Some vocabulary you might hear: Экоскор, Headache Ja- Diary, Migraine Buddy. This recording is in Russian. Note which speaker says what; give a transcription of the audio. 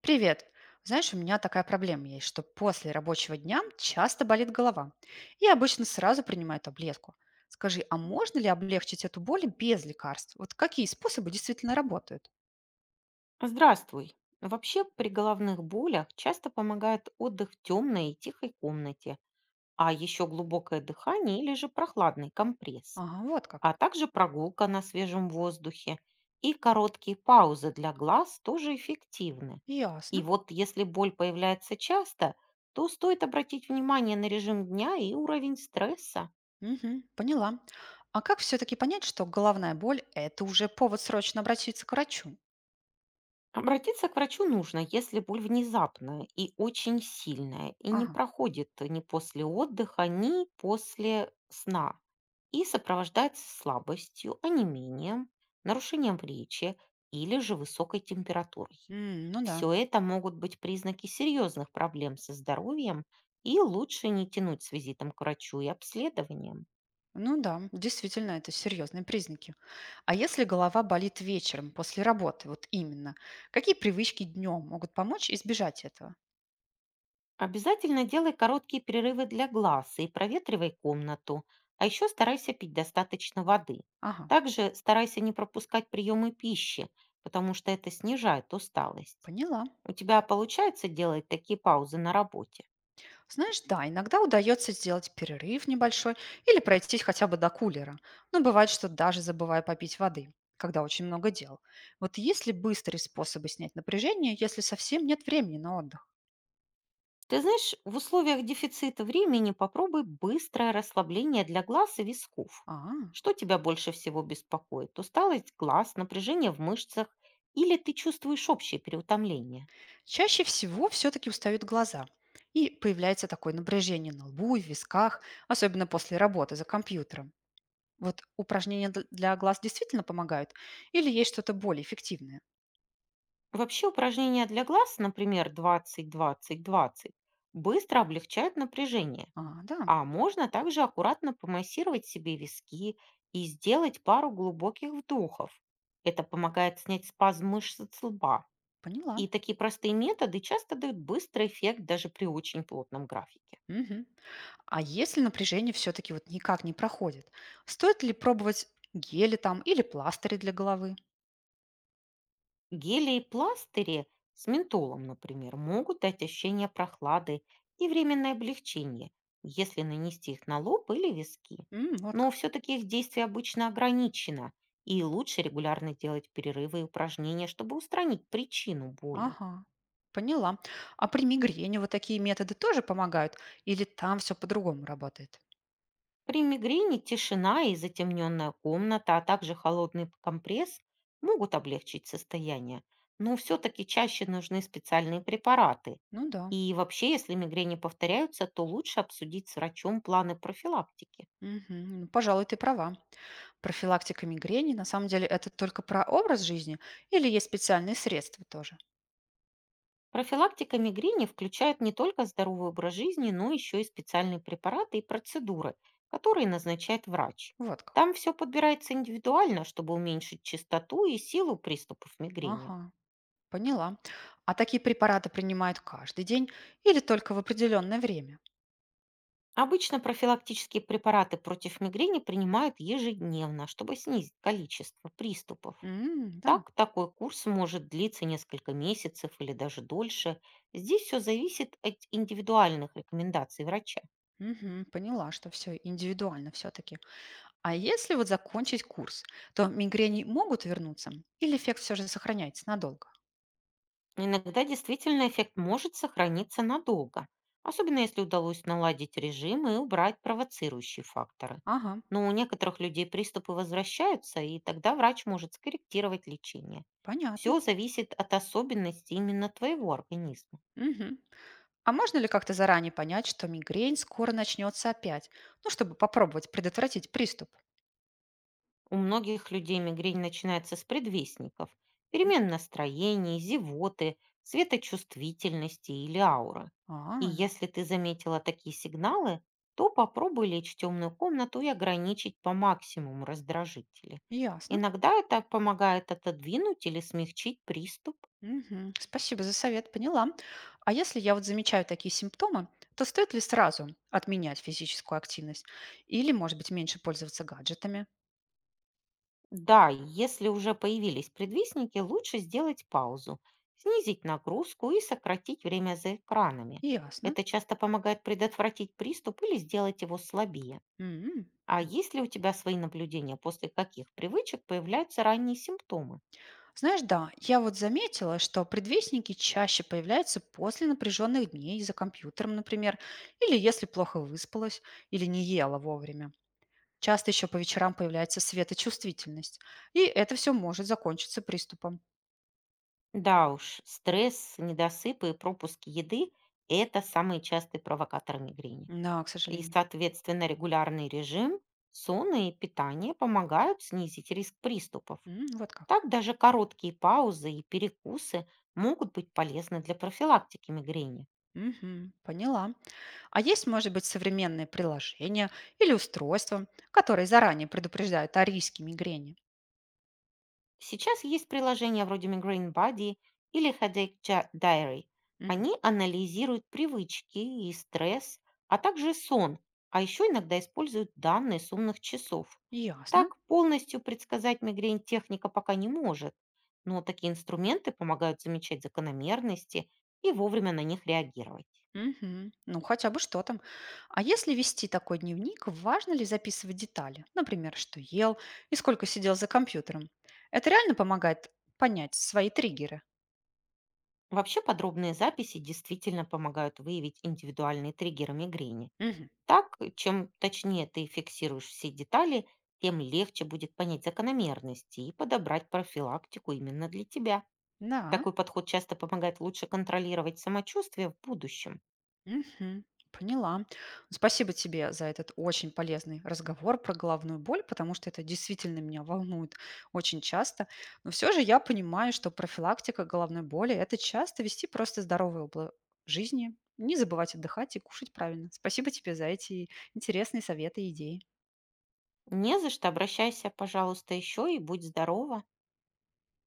Speaker 1: Привет. Знаешь, у меня такая проблема есть, что после рабочего дня часто болит голова. Я обычно сразу принимаю таблетку. Скажи, а можно ли облегчить эту боль без лекарств? Вот какие способы действительно работают?
Speaker 2: Здравствуй. Вообще при головных болях часто помогает отдых в темной и тихой комнате, а еще глубокое дыхание или же прохладный компресс,
Speaker 1: Ага, вот как.
Speaker 2: а также прогулка на свежем воздухе и короткие паузы для глаз тоже эффективны. И
Speaker 1: Ясно.
Speaker 2: вот если боль появляется часто, то стоит обратить внимание на режим дня и уровень стресса.
Speaker 1: Мгм, поняла. А как все-таки понять, что головная боль– это уже повод срочно обратиться к врачу?
Speaker 2: Обратиться к врачу нужно, если боль внезапная и очень сильная, и не
Speaker 1: Ага.
Speaker 2: проходит ни после отдыха, ни после сна, и сопровождается слабостью, онемением, нарушением речи или же высокой температурой.
Speaker 1: М, ну да.
Speaker 2: Все это могут быть признаки серьезных проблем со здоровьем, и лучше не тянуть с визитом к врачу и обследованием.
Speaker 1: Ну да, действительно, это серьезные признаки. А если голова болит вечером после работы, вот именно, какие привычки днем могут помочь избежать этого?
Speaker 2: Обязательно делай короткие перерывы для глаз и проветривай комнату, а еще старайся пить достаточно воды.
Speaker 1: Ага,
Speaker 2: Также старайся не пропускать приемы пищи, потому что это снижает усталость.
Speaker 1: поняла.
Speaker 2: У тебя получается делать такие паузы на работе?
Speaker 1: Знаешь, да, иногда удается сделать перерыв небольшой или пройтись хотя бы до кулера. Но бывает, что даже забываю попить воды, когда очень много дел. Вот есть ли быстрые способы снять напряжение, если совсем нет времени на отдых?
Speaker 2: Ты знаешь, в условиях дефицита времени попробуй быстрое расслабление для глаз и висков.
Speaker 1: А,
Speaker 2: Что тебя больше всего беспокоит? Усталость глаз, напряжение в мышцах или ты чувствуешь общее переутомление?
Speaker 1: чаще всего все-таки устают глаза. И появляется такое напряжение на лбу и в висках, особенно после работы за компьютером. Вот упражнения дл для глаз действительно помогают или есть что-то более эффективное?
Speaker 2: Вообще упражнения для глаз, например, 20-20-20, быстро облегчают напряжение,
Speaker 1: А, да,
Speaker 2: а можно также аккуратно помассировать себе виски и сделать пару глубоких вдохов. Это помогает снять спазм мышц с лба.
Speaker 1: поняла.
Speaker 2: И такие простые методы часто дают быстрый эффект даже при очень плотном графике.
Speaker 1: Мгм. А если напряжение все-таки вот никак не проходит, стоит ли пробовать гели там или пластыри для головы?
Speaker 2: Гели и пластыри с ментолом, например, могут дать ощущение прохлады и временное облегчение, если нанести их на лоб или виски.
Speaker 1: М, вот
Speaker 2: Но
Speaker 1: как.
Speaker 2: все-таки их действие обычно ограничено, и лучше регулярно делать перерывы и упражнения, чтобы устранить причину боли.
Speaker 1: Ага, поняла. А при мигрени вот такие методы тоже помогают или там все по-другому работает?
Speaker 2: При мигрени тишина и затемненная комната, а также холодный компресс могут облегчить состояние, но все-таки чаще нужны специальные препараты.
Speaker 1: Ну да.
Speaker 2: И вообще, если мигрени повторяются, то лучше обсудить с врачом планы профилактики.
Speaker 1: Мгм. Ну, пожалуй, ты права. Профилактика мигрени, на самом деле, это только про образ жизни или есть специальные средства тоже?
Speaker 2: Профилактика мигрени включает не только здоровый образ жизни, но еще и специальные препараты и процедуры, которые назначает врач.
Speaker 1: Вот как.
Speaker 2: Там все подбирается индивидуально, чтобы уменьшить частоту и силу приступов мигрени.
Speaker 1: Ага, поняла. А такие препараты принимают каждый день или только в определенное время?
Speaker 2: Обычно профилактические препараты против мигрени принимают ежедневно, чтобы снизить количество приступов.
Speaker 1: М, да.
Speaker 2: Так, такой курс может длиться несколько месяцев или даже дольше. Здесь все зависит от индивидуальных рекомендаций врача.
Speaker 1: Мгм, поняла, что все индивидуально все-таки. А если вот закончить курс, то мигрени могут вернуться или эффект все же сохраняется надолго?
Speaker 2: Иногда действительно эффект может сохраниться надолго, особенно если удалось наладить режим и убрать провоцирующие факторы.
Speaker 1: Ага,
Speaker 2: Но у некоторых людей приступы возвращаются, и тогда врач может скорректировать лечение.
Speaker 1: понятно.
Speaker 2: Все зависит от особенностей именно твоего организма.
Speaker 1: Мгм. А можно ли как-то заранее понять, что мигрень скоро начнется опять? Ну, чтобы попробовать предотвратить приступ.
Speaker 2: У многих людей мигрень начинается с предвестников,
Speaker 1: М.
Speaker 2: перемен настроений, зевоты, светочувствительности или ауры. И
Speaker 1: А,
Speaker 2: если ты заметила такие сигналы, то попробуй лечь в темную комнату и ограничить по максимуму раздражители.
Speaker 1: ясно.
Speaker 2: Иногда это помогает отодвинуть или смягчить приступ.
Speaker 1: Мгм. Спасибо за совет, поняла. А если я вот замечаю такие симптомы, то стоит ли сразу отменять физическую активность? Или, может быть, меньше пользоваться гаджетами?
Speaker 2: Да, если уже появились предвестники, лучше сделать паузу, снизить нагрузку и сократить время за экранами.
Speaker 1: Ясно.
Speaker 2: Это часто помогает предотвратить приступ или сделать его слабее.
Speaker 1: М.
Speaker 2: А есть ли у тебя свои наблюдения, после каких привычек появляются ранние симптомы?
Speaker 1: Знаешь, да, я вот заметила, что предвестники чаще появляются после напряженных дней за компьютером, например, или если плохо выспалась или не ела вовремя. Часто еще по вечерам появляется светочувствительность, и это все может закончиться приступом.
Speaker 2: Да уж, стресс, недосыпы и пропуск еды– это самые частые провокаторы мигрени.
Speaker 1: Да, к
Speaker 2: И,
Speaker 1: сожалению.
Speaker 2: соответственно, регулярный режим, сон и питание помогают снизить риск приступов.
Speaker 1: М, вот как.
Speaker 2: Так даже короткие паузы и перекусы могут быть полезны для профилактики мигрени.
Speaker 1: Мгм, поняла. А есть, может быть, современные приложения или устройства, которые заранее предупреждают о риске мигрени?
Speaker 2: Сейчас есть приложения вроде Migraine Buddy или Headache Diary.
Speaker 1: Мгм.
Speaker 2: Они анализируют привычки и стресс, а также сон, а еще иногда используют данные с умных часов.
Speaker 1: Ясно.
Speaker 2: Так полностью предсказать мигрень техника пока не может, но такие инструменты помогают замечать закономерности и вовремя на них реагировать.
Speaker 1: Мгм. Ну, хотя бы что там. А если вести такой дневник, важно ли записывать детали? Например, что ел и сколько сидел за компьютером? Это реально помогает понять свои триггеры?
Speaker 2: Вообще подробные записи действительно помогают выявить индивидуальные триггеры мигрени.
Speaker 1: Мгм.
Speaker 2: Так, чем точнее ты фиксируешь все детали, тем легче будет понять закономерности и подобрать профилактику именно для тебя.
Speaker 1: Да.
Speaker 2: Такой подход часто помогает лучше контролировать самочувствие в будущем.
Speaker 1: Мгм. Поняла. Спасибо тебе за этот очень полезный разговор про головную боль, потому что это действительно меня волнует очень часто. Но все же я понимаю, что профилактика головной боли– это часто вести просто здоровый образ жизни, не забывать отдыхать и кушать правильно. Спасибо тебе за эти интересные советы и идеи.
Speaker 2: Не за что, обращайся, пожалуйста, еще и будь здорова.